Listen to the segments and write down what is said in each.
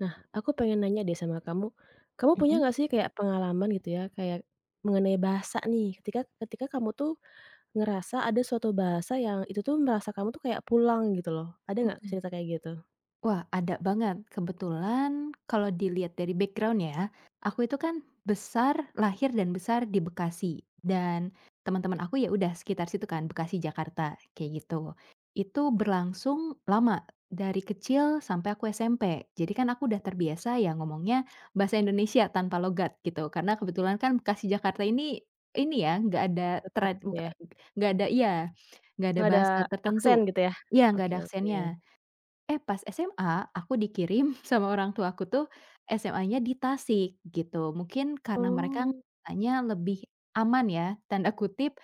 Nah, aku pengen nanya deh sama kamu, kamu punya Mhm. nggak sih kayak pengalaman gitu ya, kayak mengenai bahasa nih, ketika ketika kamu tuh ngerasa ada suatu bahasa yang itu tuh merasa kamu tuh kayak pulang gitu loh, ada nggak Mhm. cerita kayak gitu? Wah, ada banget. Kebetulan kalau dilihat dari background ya, aku itu kan lahir dan besar di Bekasi, dan teman-teman aku ya udah sekitar situ kan, Bekasi, Jakarta, kayak gitu. Itu berlangsung lama, dari kecil sampai aku SMP. Jadi kan aku udah terbiasa ya ngomongnya bahasa Indonesia tanpa logat gitu, karena kebetulan kan Bekasi, Jakarta ini ya, Tetep trad gitu buka ya, nggak ada. Iya, nggak ada nggak ada bahasa aksen tertentu. gitu ya? Iya, nggak Oke, ada oke. aksennya. Eh, pas SMA, aku dikirim sama orang tuaku tuh SMA-nya di Tasik gitu. Mungkin karena mereka Oh. ngerasanya lebih aman ya, tanda kutip,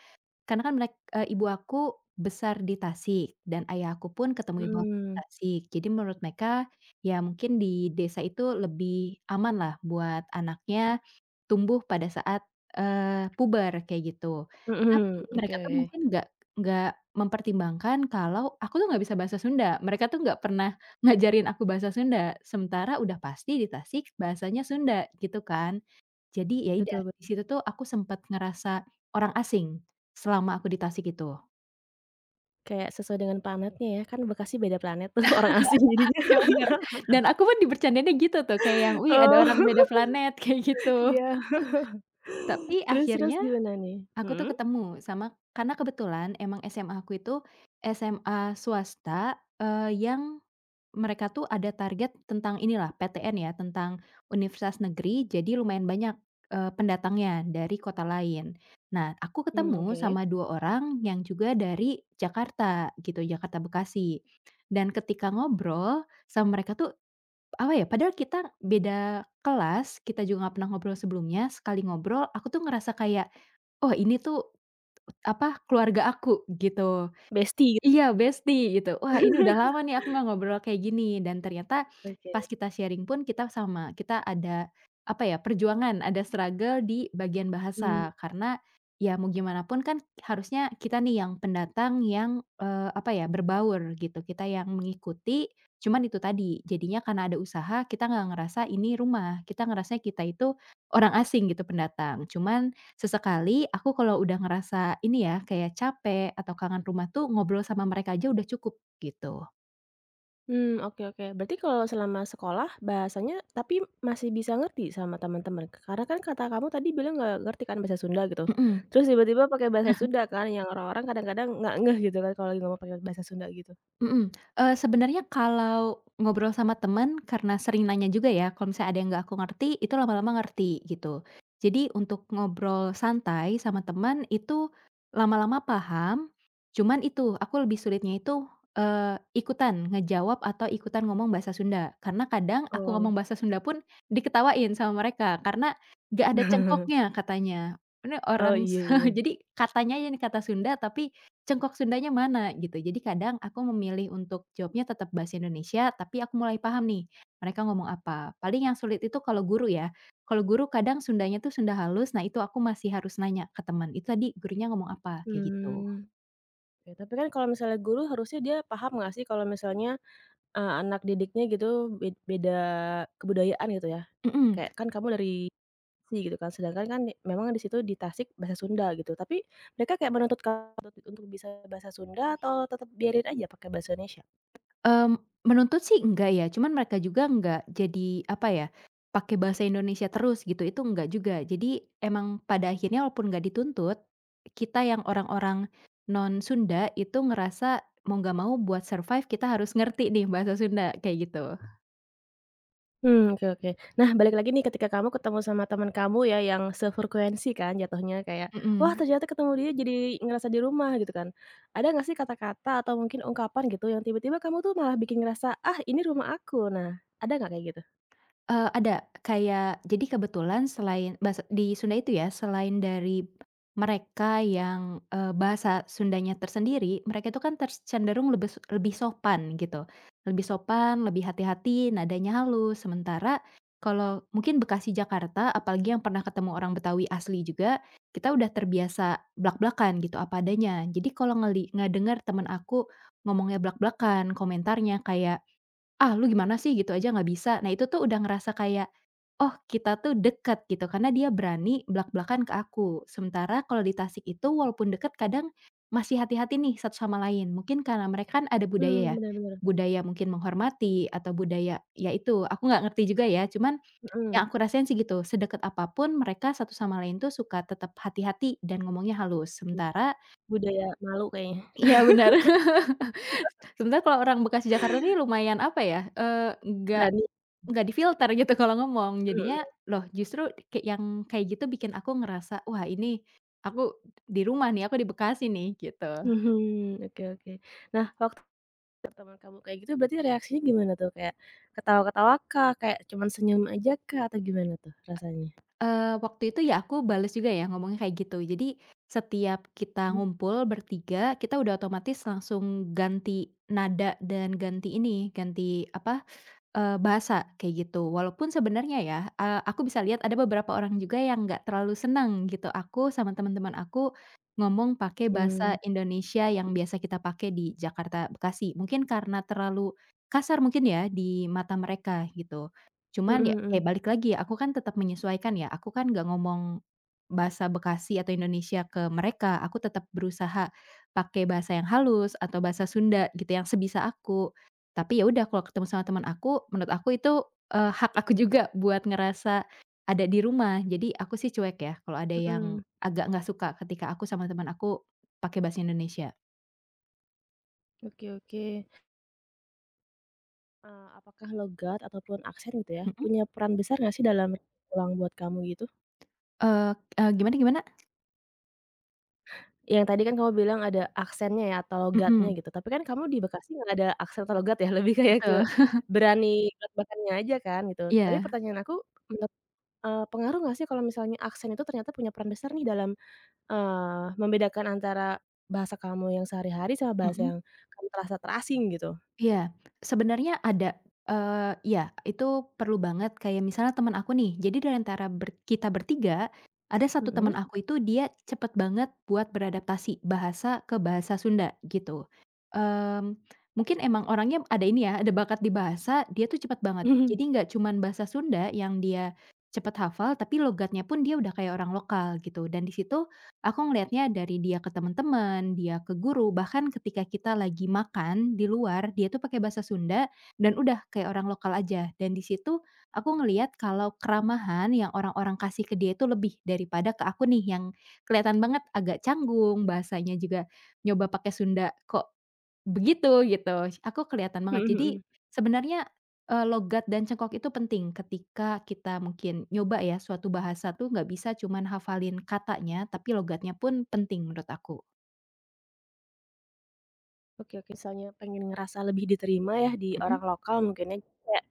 karena kan mereka ibu aku besar di Tasik dan ayah aku pun ketemu ibu aku di Hmm. Tasik. Jadi menurut mereka, ya mungkin di desa itu lebih aman lah buat anaknya tumbuh pada saat, puber, kayak gitu. Tapi Mhm, mereka oke. tuh mungkin nggak mempertimbangkan kalau aku tuh nggak bisa bahasa Sunda. Mereka tuh nggak pernah ngajarin aku bahasa Sunda, sementara udah pasti di Tasik bahasanya Sunda, gitu kan. Jadi ya udah, Betul, di betul, situ tuh aku sempat ngerasa orang asing. Selama aku di Tasik itu? kayak sesuai dengan planetnya ya, kan Bekasi beda planet tuh orang asing jadinya. Iya, bener. Dan aku pun dibercandainnya gitu tuh kayak yang, "Wih, ada orang beda Oh. planet," kayak gitu. Iya. Tapi Terus terus akhirnya gimana nih? aku tuh Hmm. ketemu sama, karena kebetulan emang SMA aku itu SMA swasta. Eee, yang Mereka tuh ada target tentang inilah, PTN ya, tentang universitas negeri, jadi lumayan banyak, pendatangnya dari kota lain. Nah, aku Mmm, ketemu oke. sama 2 orang yang juga dari Jakarta gitu, Jakarta Bekasi. Dan ketika ngobrol sama mereka tuh, apa ya, padahal kita beda kelas, kita juga nggak pernah ngobrol sebelumnya, sekali ngobrol aku tuh ngerasa kayak, "Oh, ini tuh, apa, keluarga aku," gitu. Bestie gitu, Iya, besti gitu. Wah, ini udah lama nih aku nggak ngobrol kayak gini, dan ternyata pas oke. kita sharing pun kita sama, kita ada, apa ya, perjuangan, ada struggle di bagian Mmm. bahasa. Karena ya mau gimana pun kan harusnya kita nih yang pendatang yang, apa ya, berbaur gitu, kita yang mengikuti, cuman itu tadi, jadinya karena ada usaha kita nggak ngerasa ini rumah, kita ngerasanya kita itu orang asing gitu, pendatang. Cuman sesekali aku kalau udah ngerasa ini ya, kayak capek atau kangen rumah, tuh ngobrol sama mereka aja udah cukup, gitu. Mmm, oke, oke. Berarti kalau selama sekolah bahasanya tapi masih bisa ngerti sama teman-teman? Karena kan kata kamu tadi bilang nggak ngerti kan bahasa Sunda gitu. Mhm. Terus tiba-tiba pakai bahasa Sunda kan yang orang-orang kadang-kadang nggak ngeh gitu kan kalau lagi ngomong pakai bahasa Sunda gitu. Mhm, sebenarnya kalau ngobrol sama teman karena sering nanya juga ya, kalau misalnya ada yang nggak aku ngerti, itu lama-lama ngerti gitu. Jadi untuk ngobrol santai sama teman itu lama-lama paham, cuman itu aku lebih sulitnya itu, ikutan ngejawab atau ikutan ngomong bahasa Sunda. Karena kadang aku Oh. ngomong bahasa Sunda pun diketawain sama mereka karena nggak ada cengkoknya katanya. Ini Oh, orang iya, iya. jadi katanya aja nih kata Sunda, tapi cengkok Sundanya mana gitu. Jadi kadang aku memilih untuk jawabnya tetap bahasa Indonesia, tapi aku mulai paham nih, mereka ngomong apa. Paling yang sulit itu kalau guru ya. Kalau guru kadang Sundanya tuh Sunda halus, nah itu aku masih harus nanya ke teman, "Itu tadi gurunya ngomong apa?" Kayak gitu. Mmm. Ya tapi kan kalau misalnya guru harusnya dia paham nggak sih kalau misalnya anak didiknya gitu beda kebudayaan gitu ya. Mhm. Kayak kan kamu dari Bekasi gitu kan, sedangkan kan memang di situ di Tasik bahasa Sunda gitu, tapi mereka kayak menuntut kamu untuk bisa bahasa Sunda atau tetap biarin aja pakai bahasa Indonesia? Mmm, menuntut sih enggak ya, cuman mereka juga enggak, jadi, apa ya, pakai bahasa Indonesia terus gitu, itu enggak juga. Jadi emang pada akhirnya walaupun nggak dituntut, kita yang orang-orang non Sunda itu ngerasa mau nggak mau buat survive kita harus ngerti nih bahasa Sunda, kayak gitu. Mmm, oke, oke. Nah, balik lagi nih ketika kamu ketemu sama teman kamu ya yang sefrekuensi kan jatuhnya kayak, wah Mhm. ternyata ketemu dia jadi ngerasa di rumah gitu kan. Ada nggak sih kata-kata atau mungkin ungkapan gitu yang tiba-tiba kamu tuh malah bikin ngerasa, "Ah, ini rumah aku." Nah, ada nggak kayak gitu? Ada. Kayak jadi kebetulan selain bahasa di Sunda itu ya, selain dari mereka yang, bahasa Sundanya tersendiri, mereka itu kan cenderung lebih sopan gitu. Lebih sopan, lebih hati-hati, nadanya halus. Sementara kalau mungkin Bekasi, Jakarta, apalagi yang pernah ketemu orang Betawi asli juga, kita udah terbiasa blak-blakan gitu, apa adanya. Jadi kalau ngedenger temen aku ngomongnya blak-blakan, komentarnya kayak, "Ah, lu gimana sih gitu aja nggak bisa." Nah itu tuh udah ngerasa kayak, oh kita tuh deket gitu karena dia berani blak-blakan ke aku. Sementara kalau di Tasik itu walaupun deket kadang masih hati-hati nih satu sama lain. Mungkin karena mereka kan ada Mmm, budaya ya, bener, bener. budaya mungkin menghormati atau budaya, ya itu aku nggak ngerti juga ya. Cuman Mhm. yang aku rasain sih gitu, sedekat apapun mereka satu sama lain tuh suka tetap hati-hati dan ngomongnya halus. i Sementara Budaya malu kayaknya. iya benar. Sementara kalau orang Bekasi Jakarta ini lumayan apa ya, nggak Berani. Nggak difilter gitu kalau ngomong, jadinya Mhm. loh justru kayak yang kayak gitu bikin aku ngerasa, "Wah, ini aku di rumah nih, aku di Bekasi nih," gitu. Mhm, oke, oke. Nah, waktu teman kamu kayak gitu berarti reaksinya gimana tuh? Kayak ketawa-ketawa kah? Kayak cuman senyum aja kah? Atau gimana tuh rasanya? Waktu itu ya aku bales juga ya ngomongnya kayak gitu. Jadi setiap kita Mhm. ngumpul bertiga, kita udah otomatis langsung ganti nada dan ganti ini, ganti apa, bahasa, kayak gitu. Walaupun sebenarnya ya, aku bisa lihat ada beberapa orang juga yang nggak terlalu senang gitu, aku sama teman-teman aku ngomong pakai bahasa Mhm, Indonesia yang biasa kita pakai di Jakarta, Bekasi. Mungkin karena terlalu kasar mungkin ya di mata mereka gitu. Cuman ya, ya, mhm. balik lagi, aku kan tetap menyesuaikan ya, aku kan nggak ngomong bahasa Bekasi atau Indonesia ke mereka, aku tetap berusaha pakai bahasa yang halus atau bahasa Sunda gitu, yang sebisa aku. Tapi ya udah kalau ketemu sama teman aku, menurut aku itu, hak aku juga buat ngerasa ada di rumah. Jadi aku sih cuek ya kalau ada Mhm, yang agak nggak suka ketika aku sama teman aku pakai bahasa Indonesia. oke, oke. Apakah logat ataupun aksen gitu ya, Mhm, punya peran besar nggak sih dalam pulang buat kamu gitu? eee eee, gimana gimana? Yang tadi kan kamu bilang ada aksennya ya atau logatnya Mhm, gitu, tapi kan kamu di Bekasi nggak ada aksen atau logat ya, lebih kayak ke betul, berani blak-blakannya aja kan gitu. Tapi iya, pertanyaan aku, menurut pengaruh nggak sih kalau misalnya aksen itu ternyata punya peran besar nih dalam, membedakan antara bahasa kamu yang sehari-hari sama bahasa mhm. yang kamu terasa terasing gitu? Iya, sebenarnya ada, iya, itu perlu banget kayak misalnya temen aku nih, jadi dari antara kita bertiga, ada satu temen Mhm. aku itu dia cepet banget buat beradaptasi bahasa ke bahasa Sunda gitu. Mmm, mungkin emang orangnya ada ini ya, ada bakat di bahasa, dia tuh cepet banget. Mhm, Jadi nggak cuman bahasa Sunda yang dia cepet hafal, tapi logatnya pun dia udah kayak orang lokal gitu, dan di situ aku ngelihatnya dari dia ke teman-teman, dia ke guru, bahkan ketika kita lagi makan di luar, dia tuh pakai bahasa Sunda dan udah kayak orang lokal aja. Dan di situ aku ngelihat kalau keramahan yang orang-orang kasih ke dia itu lebih daripada ke aku nih, yang kelihatan banget agak canggung, bahasanya juga nyoba pakai Sunda kok begitu gitu, aku kelihatan mhm, banget. Jadi mhm. sebenarnya, logat dan cengkok itu penting ketika kita mungkin nyoba ya suatu bahasa tuh nggak bisa cuman hafalin katanya, tapi logatnya pun penting menurut aku. Oke, oke, misalnya pengen ngerasa lebih diterima ya di Mhm, orang lokal mungkin ya, kayak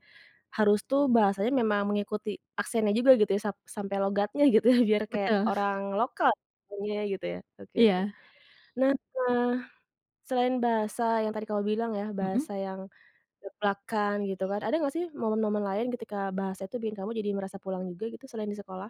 harus tuh bahasanya memang mengikuti aksennya juga gitu ya, sampai logatnya gitu ya, biar kayak betul, orang lokal ngomongnya gitu ya. Oke, oke. iya, Nah, eee, selain bahasa yang tadi kamu bilang ya, bahasa mhm. yang deplakan gitu kan, ada nggak sih momen-momen lain ketika bahasa itu bikin kamu jadi merasa pulang juga gitu selain di sekolah?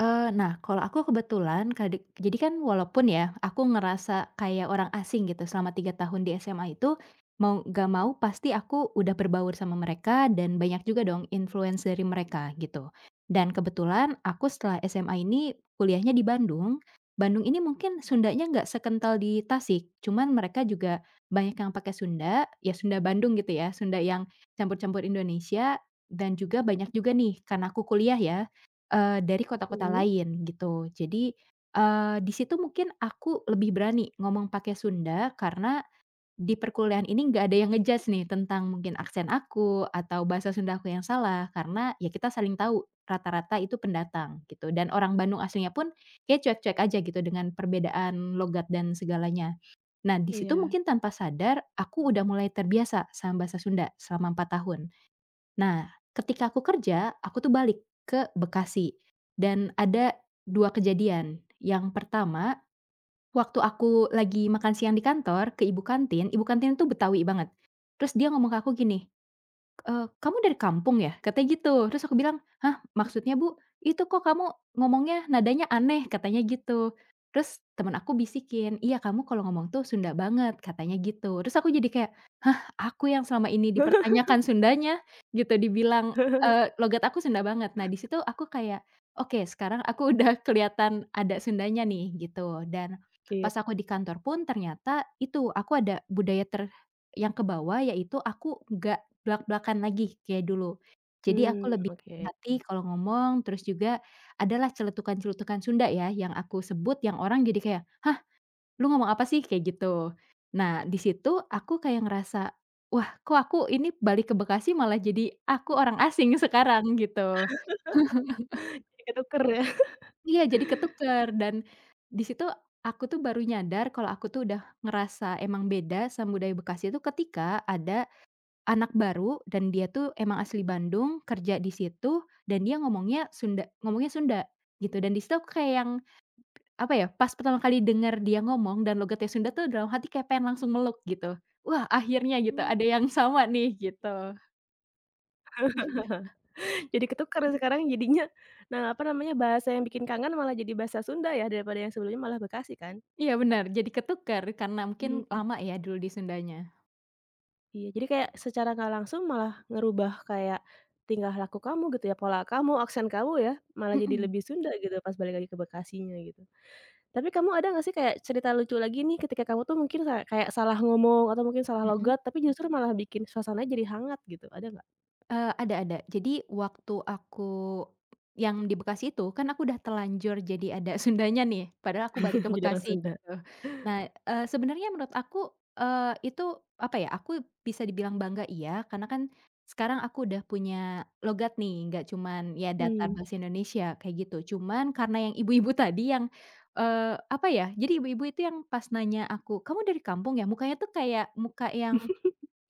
Nah, kalau aku kebetulan kadek, jadi kan walaupun ya, aku ngerasa kayak orang asing gitu selama 3 tahun di SMA itu, mau nggak mau pasti aku udah berbaur sama mereka dan banyak juga dong influence dari mereka gitu. Dan kebetulan aku setelah SMA ini kuliahnya di Bandung. Bandung ini mungkin Sundanya nggak sekental di Tasik, cuman mereka juga banyak yang pakai Sunda, ya Sunda Bandung gitu ya, Sunda yang campur-campur Indonesia, dan juga banyak juga nih karena aku kuliah ya dari kota-kota Mhm. lain gitu. Jadi, di situ mungkin aku lebih berani ngomong pakai Sunda karena di perkuliahan ini nggak ada yang ngejudge nih tentang mungkin aksen aku atau bahasa Sunda aku yang salah, karena ya kita saling tahu rata-rata itu pendatang gitu dan orang Bandung aslinya pun kayak cuek-cuek aja gitu dengan perbedaan logat dan segalanya. Nah di situ Iya. mungkin tanpa sadar aku udah mulai terbiasa sama bahasa Sunda selama 4 tahun. Nah, ketika aku kerja, aku tuh balik ke Bekasi dan ada 2 kejadian. Yang pertama, waktu aku lagi makan siang di kantor ke ibu kantin tuh Betawi banget. Terus dia ngomong ke aku gini, "Kamu dari kampung ya?" Katanya gitu. Terus aku bilang, "Hah, maksudnya Bu? Itu kok kamu ngomongnya nadanya aneh," katanya gitu. Terus temen aku bisikin, "Iya, kamu kalau ngomong tuh Sunda banget," katanya gitu. Terus aku jadi kayak, "Hah, aku yang selama ini dipertanyakan Sundanya?" Gitu, dibilang, logat aku Sunda banget. Nah, di situ aku kayak, "Oke, sekarang aku udah kelihatan ada Sundanya nih," gitu. Dan Iya. pas aku di kantor pun ternyata itu, aku ada budaya yang kebawa, yaitu aku nggak belak belakan lagi kayak dulu. Jadi aku Hmm, lebih oke. hati-hati kalau ngomong, terus juga adalah celetukan-celetukan Sunda ya yang aku sebut yang orang jadi kayak, "Hah, lu ngomong apa sih?" Kayak gitu. Nah, di situ aku kayak ngerasa, "Wah, kok aku ini balik ke Bekasi malah jadi aku orang asing sekarang," gitu. Jadi ketuker Iya, jadi ketukar, dan di situ aku tuh baru nyadar kalau aku tuh udah ngerasa emang beda sama budaya Bekasi itu ketika ada anak baru, dan dia tuh emang asli Bandung, kerja di situ, dan dia ngomongnya Sunda, ngomongnya Sunda, gitu. Dan di situ aku kayak yang, apa ya, pas pertama kali denger dia ngomong dan logatnya Sunda tuh dalam hati kayak pengen langsung meluk gitu. Wah, akhirnya gitu ya? ada yang sama nih gitu. Jadi ketukar sekarang jadinya. Nah, apa namanya, bahasa yang bikin kangen malah jadi bahasa Sunda ya, daripada yang sebelumnya malah Bekasi kan? Iya benar, jadi ketukar karena mungkin Mhm, lama ya dulu di Sundanya. iya, jadi kayak secara nggak langsung malah ngerubah kayak tingkah laku kamu gitu ya, pola kamu, aksen kamu ya, malah jadi Mhm, lebih Sunda gitu pas balik lagi ke Bekasinya gitu. Tapi kamu ada nggak sih kayak cerita lucu lagi nih ketika kamu tuh mungkin kayak salah ngomong atau mungkin salah mhm. logat, tapi justru malah bikin suasana jadi hangat gitu, ada nggak? Ada, ada. Jadi waktu aku yang di Bekasi itu, kan aku udah telanjur jadi ada Sundanya nih, padahal aku balik ke Jadi orang Bekasi, Sunda. gitu. Nah, sebenarnya menurut aku, itu apa ya, aku bisa dibilang bangga iya, karena kan sekarang aku udah punya logat nih, nggak cuman ya datar Mmm. bahasa Indonesia, kayak gitu. Cuman karena yang ibu-ibu tadi yang, apa ya, jadi ibu-ibu itu yang pas nanya aku, "Kamu dari kampung ya?" Mukanya tuh kayak muka yang,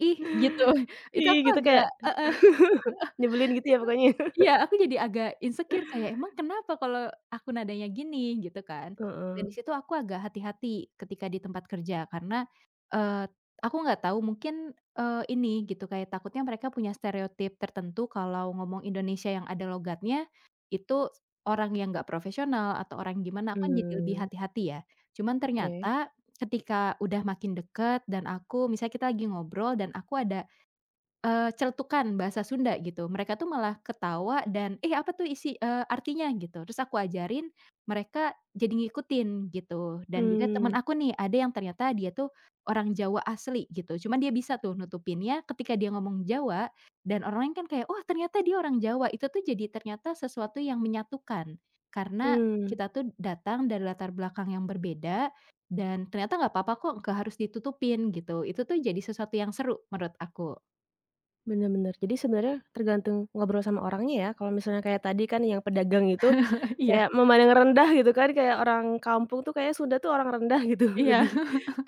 "Ih," gitu. Itu Ih, aku gitu, agak kayak heeh. nyebelin gitu ya pokoknya. Iya, aku jadi agak insecure kayak, "Emang kenapa kalau aku nadanya gini?" Gitu kan. Dan Heeh. di situ aku agak hati-hati ketika di tempat kerja karena, eee, aku nggak tahu mungkin, ini gitu, kayak takutnya mereka punya stereotip tertentu kalau ngomong Indonesia yang ada logatnya, itu orang yang nggak profesional atau orang gimana, aku kan jadi lebih Mmm. hati-hati ya. Cuman Oke. ternyata ketika udah makin deket dan aku misalnya kita lagi ngobrol dan aku ada celetukan bahasa Sunda gitu. Mereka tuh malah ketawa dan, "Eh, apa tuh isi artinya?" Gitu. Terus aku ajarin, mereka jadi ngikutin gitu. Dan juga temen Mmm. aku nih, ada yang ternyata dia tuh orang Jawa asli gitu. Cuman dia bisa tuh nutupinnya ketika dia ngomong Jawa, dan orang lain kan kayak, "Oh, ternyata dia orang Jawa." Itu tuh jadi ternyata sesuatu yang menyatukan. Karena Mmm, kita tuh datang dari latar belakang yang berbeda, dan ternyata nggak apa-apa kok, nggak harus ditutupin gitu. Itu tuh jadi sesuatu yang seru menurut aku. bener, bener. Jadi sebenarnya tergantung ngobrol sama orangnya ya, kalau misalnya kayak tadi kan yang pedagang itu, Iya. kayak memandang rendah gitu kan, kayak orang kampung tuh kayaknya Sunda tuh orang rendah gitu, Iya, lebih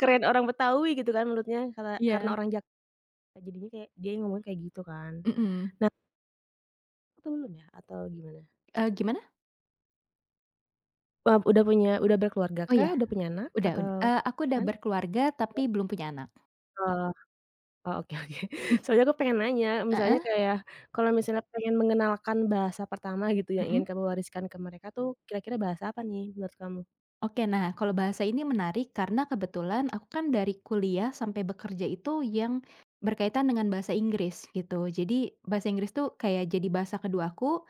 keren orang Betawi gitu kan menurutnya, karena iya. orang Jakarta jadinya kayak dia ngomong kayak gitu kan. Mhm, Nah, atau belum ya, atau gimana? Gimana? Eee, udah punya Udah berkeluarga Oh kah? ya, Udah punya anak atau aku udah kan? berkeluarga tapi belum punya anak. Oh. Oh, oke, oke. Soalnya aku pengen nanya, misalnya Heeh. kayak, kalau misalnya pengen mengenalkan bahasa pertama gitu yang Mhm. ingin kamu wariskan ke mereka tuh, kira-kira bahasa apa nih menurut kamu? Oke, nah kalau bahasa ini menarik karena kebetulan aku kan dari kuliah sampai bekerja itu yang berkaitan dengan bahasa Inggris gitu. Jadi bahasa Inggris tuh kayak jadi bahasa kedua aku.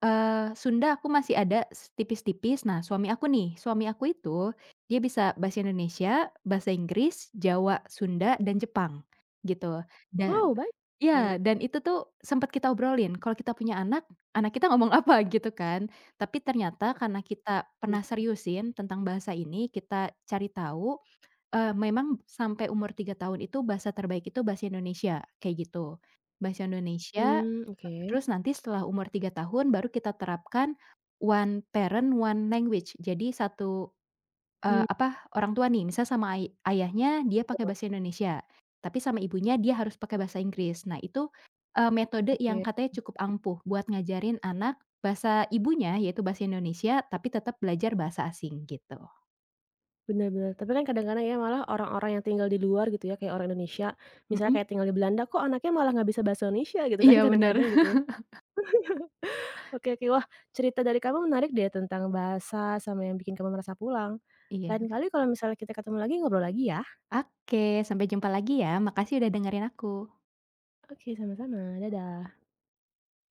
Sunda aku masih ada tipis-tipis. Nah, suami aku nih, suami aku itu dia bisa bahasa Indonesia, bahasa Inggris, Jawa, Sunda, dan Jepang, gitu. Wow, Dan banyak. iya, dan itu tuh sempet kita obrolin, kalau kita punya anak, anak kita ngomong apa, gitu kan. Tapi ternyata karena kita pernah seriusin tentang bahasa ini, kita cari tahu memang sampai umur 3 tahun itu bahasa terbaik itu bahasa Indonesia, kayak gitu. Bahasa Indonesia, Mmm, oke. terus nanti setelah umur 3 tahun baru kita terapkan one parent, one language. Jadi satu, Mmm, apa, orang tua nih, misal sama ayahnya dia pakai wah, bahasa Indonesia, tapi sama ibunya dia harus pakai bahasa Inggris. Nah itu, metode yang oke. katanya cukup ampuh buat ngajarin anak bahasa ibunya, yaitu bahasa Indonesia, tapi tetap belajar bahasa asing, gitu. Bener, bener. Tapi kan kadang-kadang ya malah orang-orang yang tinggal di luar gitu ya, kayak orang Indonesia, misalnya Mhm, kayak tinggal di Belanda, kok anaknya malah nggak bisa bahasa Indonesia gitu kan iya bener. kadang-kadang gitu ya. Oke, oke, wah, cerita dari kamu menarik deh tentang bahasa sama yang bikin kamu merasa pulang. Lain Iya. kali kalau misalnya kita ketemu lagi, ngobrol lagi ya. Oke, sampai jumpa lagi ya. Makasih udah dengerin aku. Oke, sama-sama. Dadah.